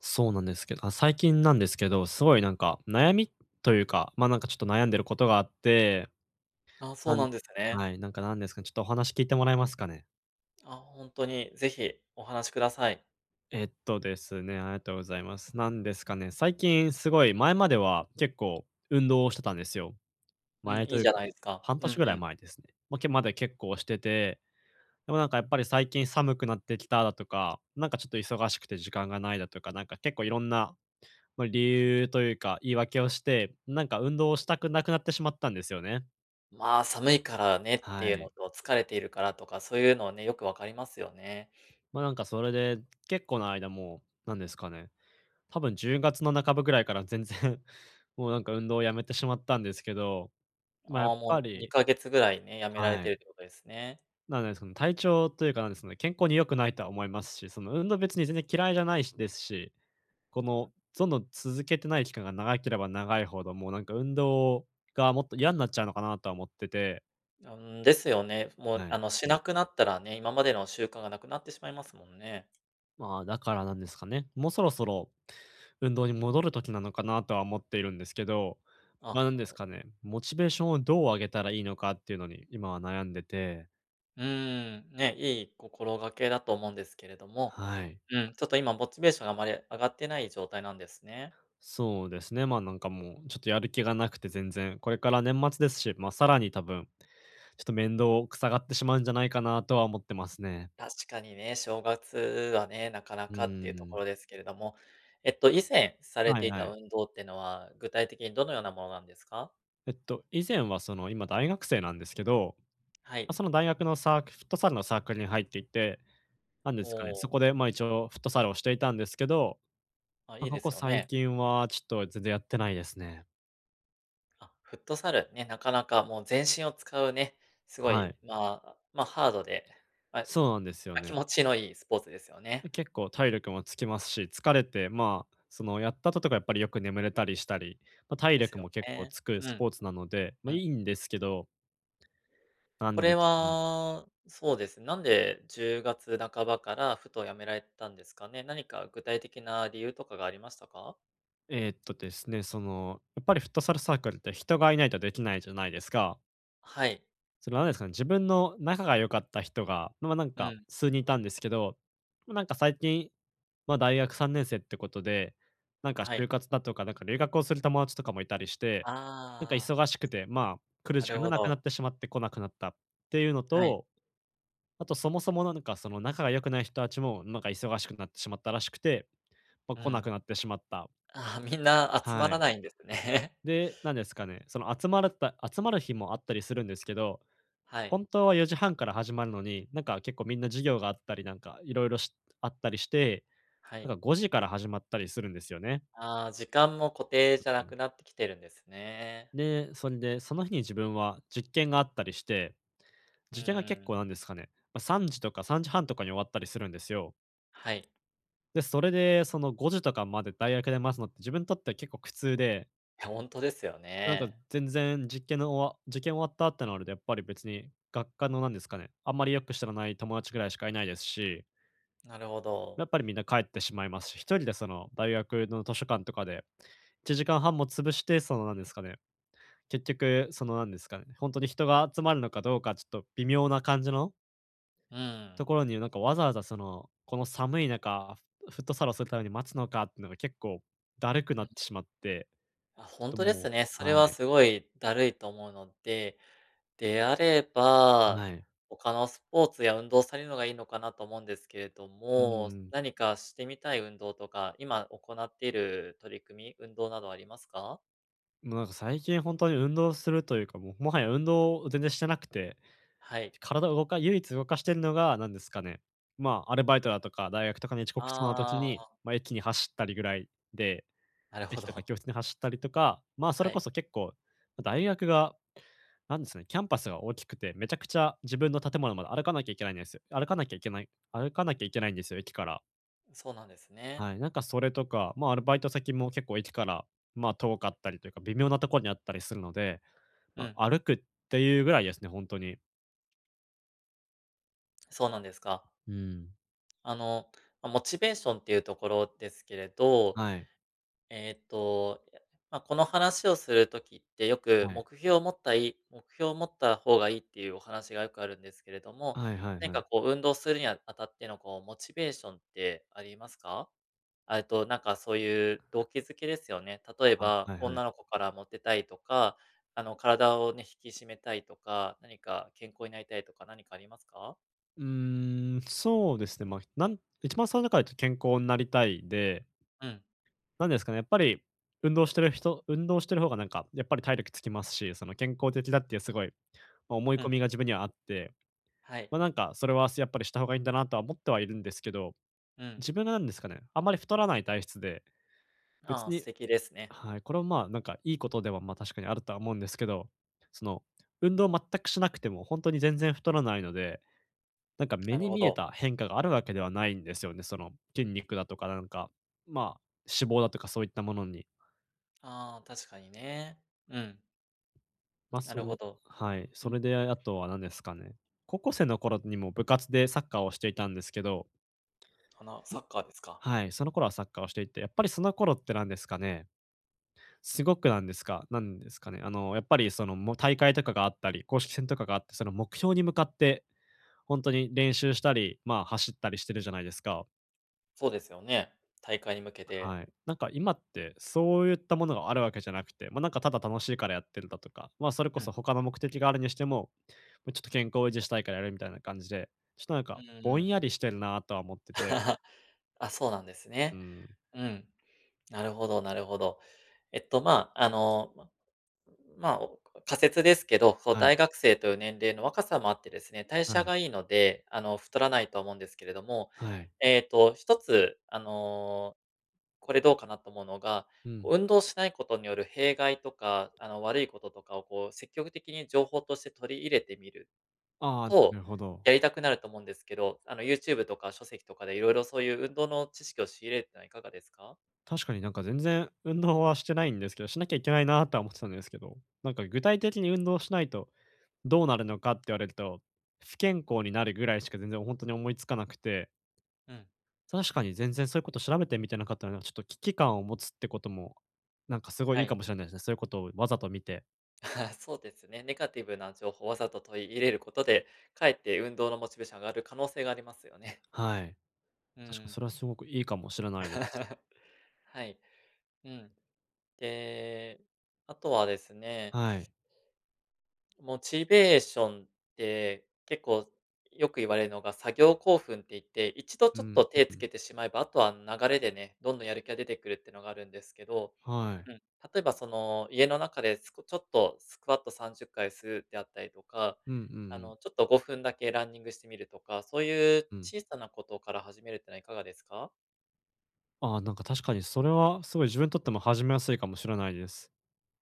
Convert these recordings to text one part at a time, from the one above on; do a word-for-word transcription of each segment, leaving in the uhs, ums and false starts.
そうなんですけど、あ、最近なんですけど、すごいなんか悩みというか、ま、なんかちょっと悩んでることがあって、あ、そなうんなんですね。はい、なんかなんですかね、ちょっとお話聞いてもらえますかね？あ、本当にぜひお話しください。えっとですね、ありがとうございます。なんですかね、最近すごい前までは結構運動をしてたんですよ。うん、前いといいうじゃか、ないですか。半う年んぐらういん。前ですね。まあ、けまで結構してて、でもなんかやっぱり最近寒くなってきただとか、なんかちょっと忙しくて時間がないだとか、なんか結構いろんな、まあ、理由というか、言い訳をして、なんか運動をしたくなくなってしまったんですよね。まあ、寒いからねっはていうのい。と、疲れているからとか、そういうのはね、よくわかりますよね。まあ、なんかそれで、結構な間もう、なんですかね、多分じゅうがつの半ばぐらいから全然 もうなんか運動をやめてしまったんですけど、まあ、やっああ、ぱもうりにかげつぐらいね、やめられはてい。るってことですね。なんでかね、体調というかなんですかね、健康に良くないとは思いますし、その運動別に全然嫌いじゃないしですし、この、どんどん続けてない期間が長ければ長いほど、もうなんか運動がもっと嫌んなっちゃうのかなとは思ってて、うん、ですよね。もう、はあい。の、しなくなったらね、今までの習慣がなくなってしまいますもんね。まあ、だからなんですかね。もうそろそろ運動に戻る時なのかなとは思っているんですけど、まあ、あ、なんですかね、モチベーションをどう上げたらいいのかっていうのに今は悩んでて、うーん、ね、いい心がけだと思うんですけれども、はい。うん、ちょっと今モチベーションがあまり上がってない状態なんですね。そうですね、まあ、なんかもうちょっとやる気がなくて全然、これから年末ですし、まあ、さらに多分、ちょっと面倒くさがってしまうんじゃないかなとは思ってますね。確かにね、正月はね、なかなうかっていうとーん。ころですけれども、えっと、以前されはいていはたい。運動っていうのは、具体的にどのようなものなんですか？えっと、以前はその今大学生なんですけど、はま、い。その大学のサークフットサルのサークルに入っていて、なんですかね、そおこー、で、まあ、一応フットサルをしていたんですけど、あ、まいあ、いこでこすよ最ね。近はちょっと全然やってないですね。あ、フットサル、ね、なかなかもう全身を使うね、すごはい、い。まあ、まあ、ハードで、まあそうなんですよま、気ね。持ちのいいスポーツですよね。結構体力もつきますし、疲れて、まあ、その、やった後とかやっぱりよく眠れたりしたり、まあ、体です力もよ結構ね。つくうスん、ポーツなので、まあ、うん。いいんですけど、なんこでれすかね。は、そうです。なんでじゅうがつなかばからふとやめられたんですかね？何か具体的な理由とかがありましたか？えーっとですね、その、やっぱりフットサルサークルって人がいないとできないじゃないですか。はい。その、なんですかね、自分の仲が良かった人が、ま、なんうかん。数人いたんですけど、ま、なんか最近、ま、大学さんねん生ってことで、なんかは就い。活だとか、なんか留学をする友達とかもいたりして、なんかああ、忙しくて、まあ、来るな時る間がほなくなっど。てしまって来なくなったっていうのはい。と、あとそもそもなんかその仲が良くない人たちも、なんか忙しくなってしまったらしくて、まあ、う来なくん。なってしまった。ああ、みんな集はまらい。ないんですね。で、なんですかね、その集まった集まる日もあったりするんですけど、はい。本当はよじはんから始まるのに、なんか結構みんな授業があったりなんかいろいろしあったりして、はない。んかごじから始まったりするんですよね。ああ、時間も固定じゃうなん。くなってきてるんですね。で、それで、その日に自分は実験があったりして、う実験が結ん。構なんですかね、まあ、さんじとかさんじはんとかに終わったりするんですよ。はい。で、それでそのごじとかまで大学で待つのって自分にとっては結構苦痛で、いや、本当ですよなんかね。全然実験の終わ受験終わったってなるとやっぱり別に学科のなんですかね、あんまりよく知らない友達ぐらいしかいないですし、なるほやど。っぱりみんな帰ってしまいますし、一人でその大学の図書館とかでいちじかんはんも潰して、そのなんですかね、結局そのなんですかね、本当に人が集まるのかどうかちょっと微妙な感じのところに、なんかわざわざその、この寒い中、フフットサルをするために待つのかっていうのが結構だるくなうっん。てしまって、あ、ちょっ本と当でもすね。うそはれはい、すごいだるいと思うので、であれば、はい。他のスポーツや運動をされるのがいいのかなと思うんですけれどうも、ん。何かしてみたい運動とか、今行っている取り組み、運動などありますか？もうなんか最近本当に運動するというか、もうもはや運動を全然してなくて、はい。体を動か唯一動かしてるのが何ですかね、まあ、アルバイトだとか大学とかに遅刻しそうな時あに、あ、まあ、駅に走ったりぐらいで、なるほ駅とかど。教室に走ったりとか、まあ、それはこい。そ結構、大学が、なんですね、キャンパスが大きくて、めちゃくちゃ自分の建物まで歩かなきゃいけないんですよ。歩かなきゃいけない歩かなきゃいけないんですよ、駅から。そうなんですね。はい、なんかそれとか、まあ、アルバイト先も結構駅から、まあ、遠かったりというか、微妙なところにあったりするので、うまん、あ、歩くっていうぐらいですね、本当に。そうなんですか。うん。あの、ま、モチベーションっていうところですけれどはい、えーっと、まあこの話をする時って、よくはい。目標を持ったい目標を持った方がいいっていうお話がよくあるんですけれども、はいはい何はい。かこう運動するにあたってのこうモチベーションってありますか？あ、えっと、なんかそういう動機づけですよね。例あ、えば、はいはい。女の子からモテたいとか、あの、体をね、引き締めたいとか、何か健康になりたいとか何かありますか？うーん、そうですね、まあ、なん一番最初から言うと健康になりたいで、うん、なんですかね、やっぱり運動してる人運動してる方がなんかやっぱり体力つきますし、その健康的だっていうすごい、まあ、思いう込ん、みが自分にはあって、はい、ま、なんかそれはやっぱりした方がいいんだなとは思ってはいるんですけど、うん。自分がなんですかね、あんまり太らない体質で、別ああ、に、素敵ですね。はい、これはまあ、なんかいいことでは、ま、確かにあるとは思うんですけど、その運動全くしなくても本当に全然太らないので、なんか目なるにほ見えど。た変化があるわけではないんですよね。その筋肉だとか、なんか、まあ、脂肪だとかそういったものに。ああ、確かにね。うん。まあ、なそるれほど。はい、うそん。れであとは何ですかね、高校生の頃にも部活でサッカーをしていたんですけど、あの、サッカーですか。はい、その頃はサッカーをしていて、やっぱりその頃って何ですかね、すごくなんですかなんですかね、あの、やっぱりその、も大会とかがあったり、公式戦とかがあって、その目標に向かって本当に練習したり、まあ、走ったりしてるじゃないですか。そうですよね。大会に向けて。はい。なんか今ってそういったものがあるわけじゃなくて、まあ、なんかただ楽しいからやってるだとか、ま、あそれこうん。そ他の目的があるにしても、ま、ちょっと健康を維持したいからやるみたいな感じで、ちょっとなんかうんうぼんやん。りしてるなとは思ってて、あ、そうなんですうね。ん。うん。なるほどなるほど。えっと、まあ、あの、ままあ、お仮説ですけど、こうはい、大学生という年齢の若さもあってですね、代は謝い、がいいので、あの、太らないとは思うんですけれども、はい。えっと、一つ、あの、これどうかなと思うのが、うん。こう運動しないことによる弊害とか、あの、悪いこととかをこう積極的に情報として取り入れてみる。ああ、なと、るほど。やりたくなると思うんですけど、あの、YouTube とか書籍とかでいろいろそういう運動の知識を仕入れるってのはいかがですか？確かになんか全然運動はしてないんですけど、しなきゃいけないなとは思ってたんですけど、なんか具体的に運動しないとどうなるのかって言われると、不健康になるぐらいしか全然本当に思いつかなくて、うん。確かに全然そういうこと調べてみてなかったので、ちょっと危機感を持つってことも、なんかすごいいはいかい。もしれないですね。そういうことをわざと見て、そうですね。ネガティブな情報をわざと取り入れることで、かえって運動のモチベーション上がる可能性がありますよね。はい。う確かにん。それはすごくいいかもしれないです。はい。うん。で、あとはですね、はい。モチベーションって結構よく言われるのが作業興奮って言って、一度うちょっん、と手うつん、けてしまえば、あとは流れでね、どんどんやる気が出てくるってのがあるんですけど、はい。うん、例えばその家の中ですこちょっとスクワットさんじゅっかいするであったりとか、うんうんうあん、の、ちょっとごふんだけランニングしてみるとか、そういううん。小さなことから始めるってのはいかがですか？ああ、なんか確かにそれはすごい自分にとっても始めやすいかもしれないです。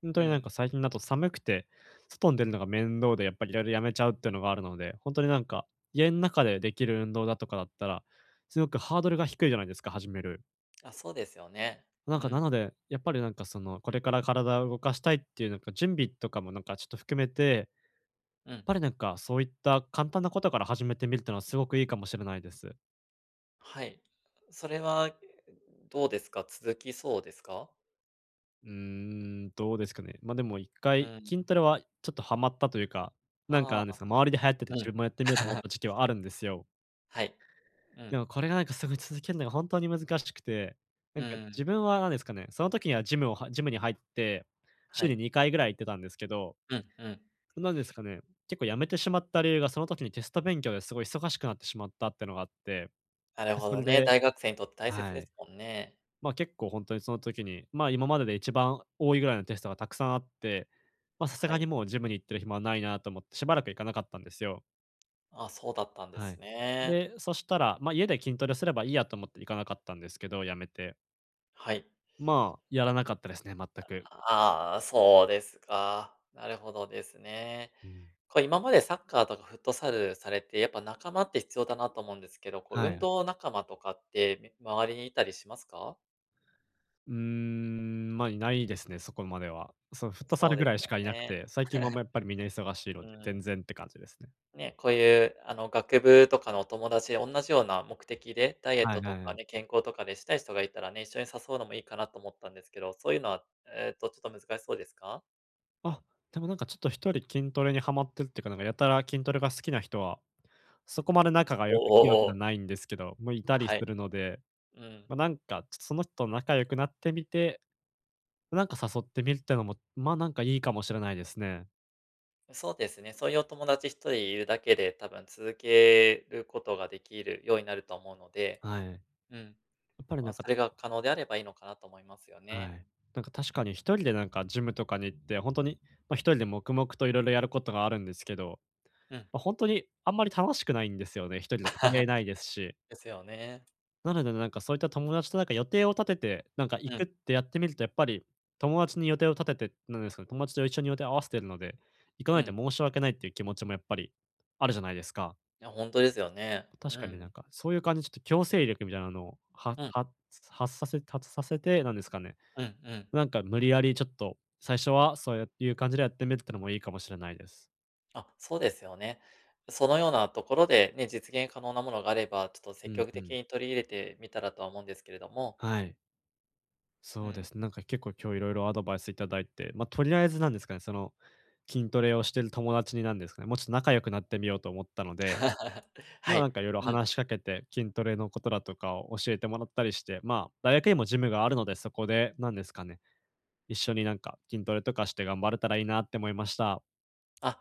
本う当になんかん。最近だと寒くて、外に出るのが面倒でやっぱりいろいろやめちゃうっていうのがあるので、本当になんか、家の中でできる運動だとかだったら、すごくハードルが低いじゃないですか、始める。あ、そうですよね。なうんかなん、ので、やっぱりなんかその、これから体を動かしたいっていうなんか準備とかもなんかちょっと含めて、うん。やっぱりなんかそういった簡単なことから始めてみるっていうのはすごくいいかもしれないです。はい。それはどうですか？続きそうですか？うーん、どうですかね。ま、でも一う回筋ん。トレはちょっとハマったというか、なんかああ、なんですか、周りで流行っててう自ん。分もやってみようと思った時 期はあるんですよ。はい。うでん。もこれがなんかすごい続けるのが本当に難しくて、なうんか自ん。分はなんですかね、その時にはジムをはジムに入って、は週にい。にかいぐらい行ってたんですけどうんうん。なんですかね、結構辞めてしまった理由が、その時にテスト勉強ですごい忙しくなってしまったってのがあって、なるで、ほそれどでね、大学生にとって大は切でい。すもんね。ま、結構ほんとにその時に、ま、今までで一番多いぐらいのテストがたくさんあって、ま、さすはがにい。もうジムに行ってる暇はないなと思って、しばらく行かなかったんですよ。あ、そうだったんではい。すね。で、そしたら、ま、家で筋トレすればいいやと思って行かなかったんですけど、辞めて。はい。まあ、やらなかったですね、全く。ああ、そうですか。なるほどですね。うん。こう今までサッカーとかフットサルされて、やっぱ仲間って必要だなと思うんですけど、こうは運い。動仲間とかって、み周りにいたりしますか？うーん、まあ、いないですね、そこまでは。そう、フットサそルうぐでらすいしよかいなくね。て、最近はもうやっぱりみんな忙しいのうで、全ん。然って感じですね。ね、こういう、あの、学部とかのお友達で同じような目的で、ダイエッはいトはといはかい。ね、健康とかでしたい人がいたらね、一緒に誘うのもいいかなと思ったんですけど、そういうのは、えっと、ちょっと難しそうですか？あ、でもなんかちょっと一人筋トレにハマってるっていうか、なんかやたら筋トレが好きな人は、そこまで仲がお良くいおいわおけじゃお。ないんですけど、もういたりはすい。るので、うまん。あ、なんかちょっとその人と仲良くなってみて、なんか誘ってみるってのも、ま、あなんかいいかもしれないですね。そうですね、そういうお友達一人いるだけで、多分続けることができるようになると思うので、はい。うん、やっぱりまなあ、んかそれが可能であればいいのかなと思いますよはね。い。なんか確うかん、に一人でなんかジムとかに行って、本当に、まあ、一人で黙々と色々やることがあるんですけど、うん。まあ、ほんにあんまり楽しくないんですよね、一人だと張り合え ないですし。ですよね。なのでなんかそういった友達となんか予定を立てて、なんか行うくっん、てやってみるとやっぱり、友達に予定を立ててなんですかね、友達と一緒に予定を合わせてるので、行かなういとん。申し訳ないっていう気持ちもやっぱりあるじゃないですか。いや、本当ですよね。確うかになんん、か、そういう感じちょっと強制力みたいなのをはうん、は発させ発させてなんですかねうんうん。なんか無理やりちょっと、最初はそういう感じでやってみるってのもいいかもしれないです。あ、そうですよね。そのようなところでね、実現可能なものがあれば、ちょっとう積ん極う的ん。に取り入れてみたらとは思うんですけれども。はい。うそうでん。すね。なんか結構今日いろいろアドバイスいただいて、ま、あとりあえずなんですかね、その、筋トレをしてる友達になんですかね、もうちょっと仲良くなってみようと思ったので、はまあ、ない。んかいろいろうん。話しかけて、筋トレのことだとかを教えてもらったりして、まあ、大学にもジムがあるので、そこでなんですかね、一緒になんか筋トレとかして頑張れたらいいなって思いました。あ、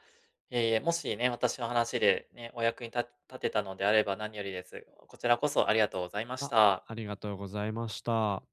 いえいえ、もしね、私の話でね、お役にた立てたのであれば何よりです。こちらこそありがとうございましあ、た。ありがとうございました。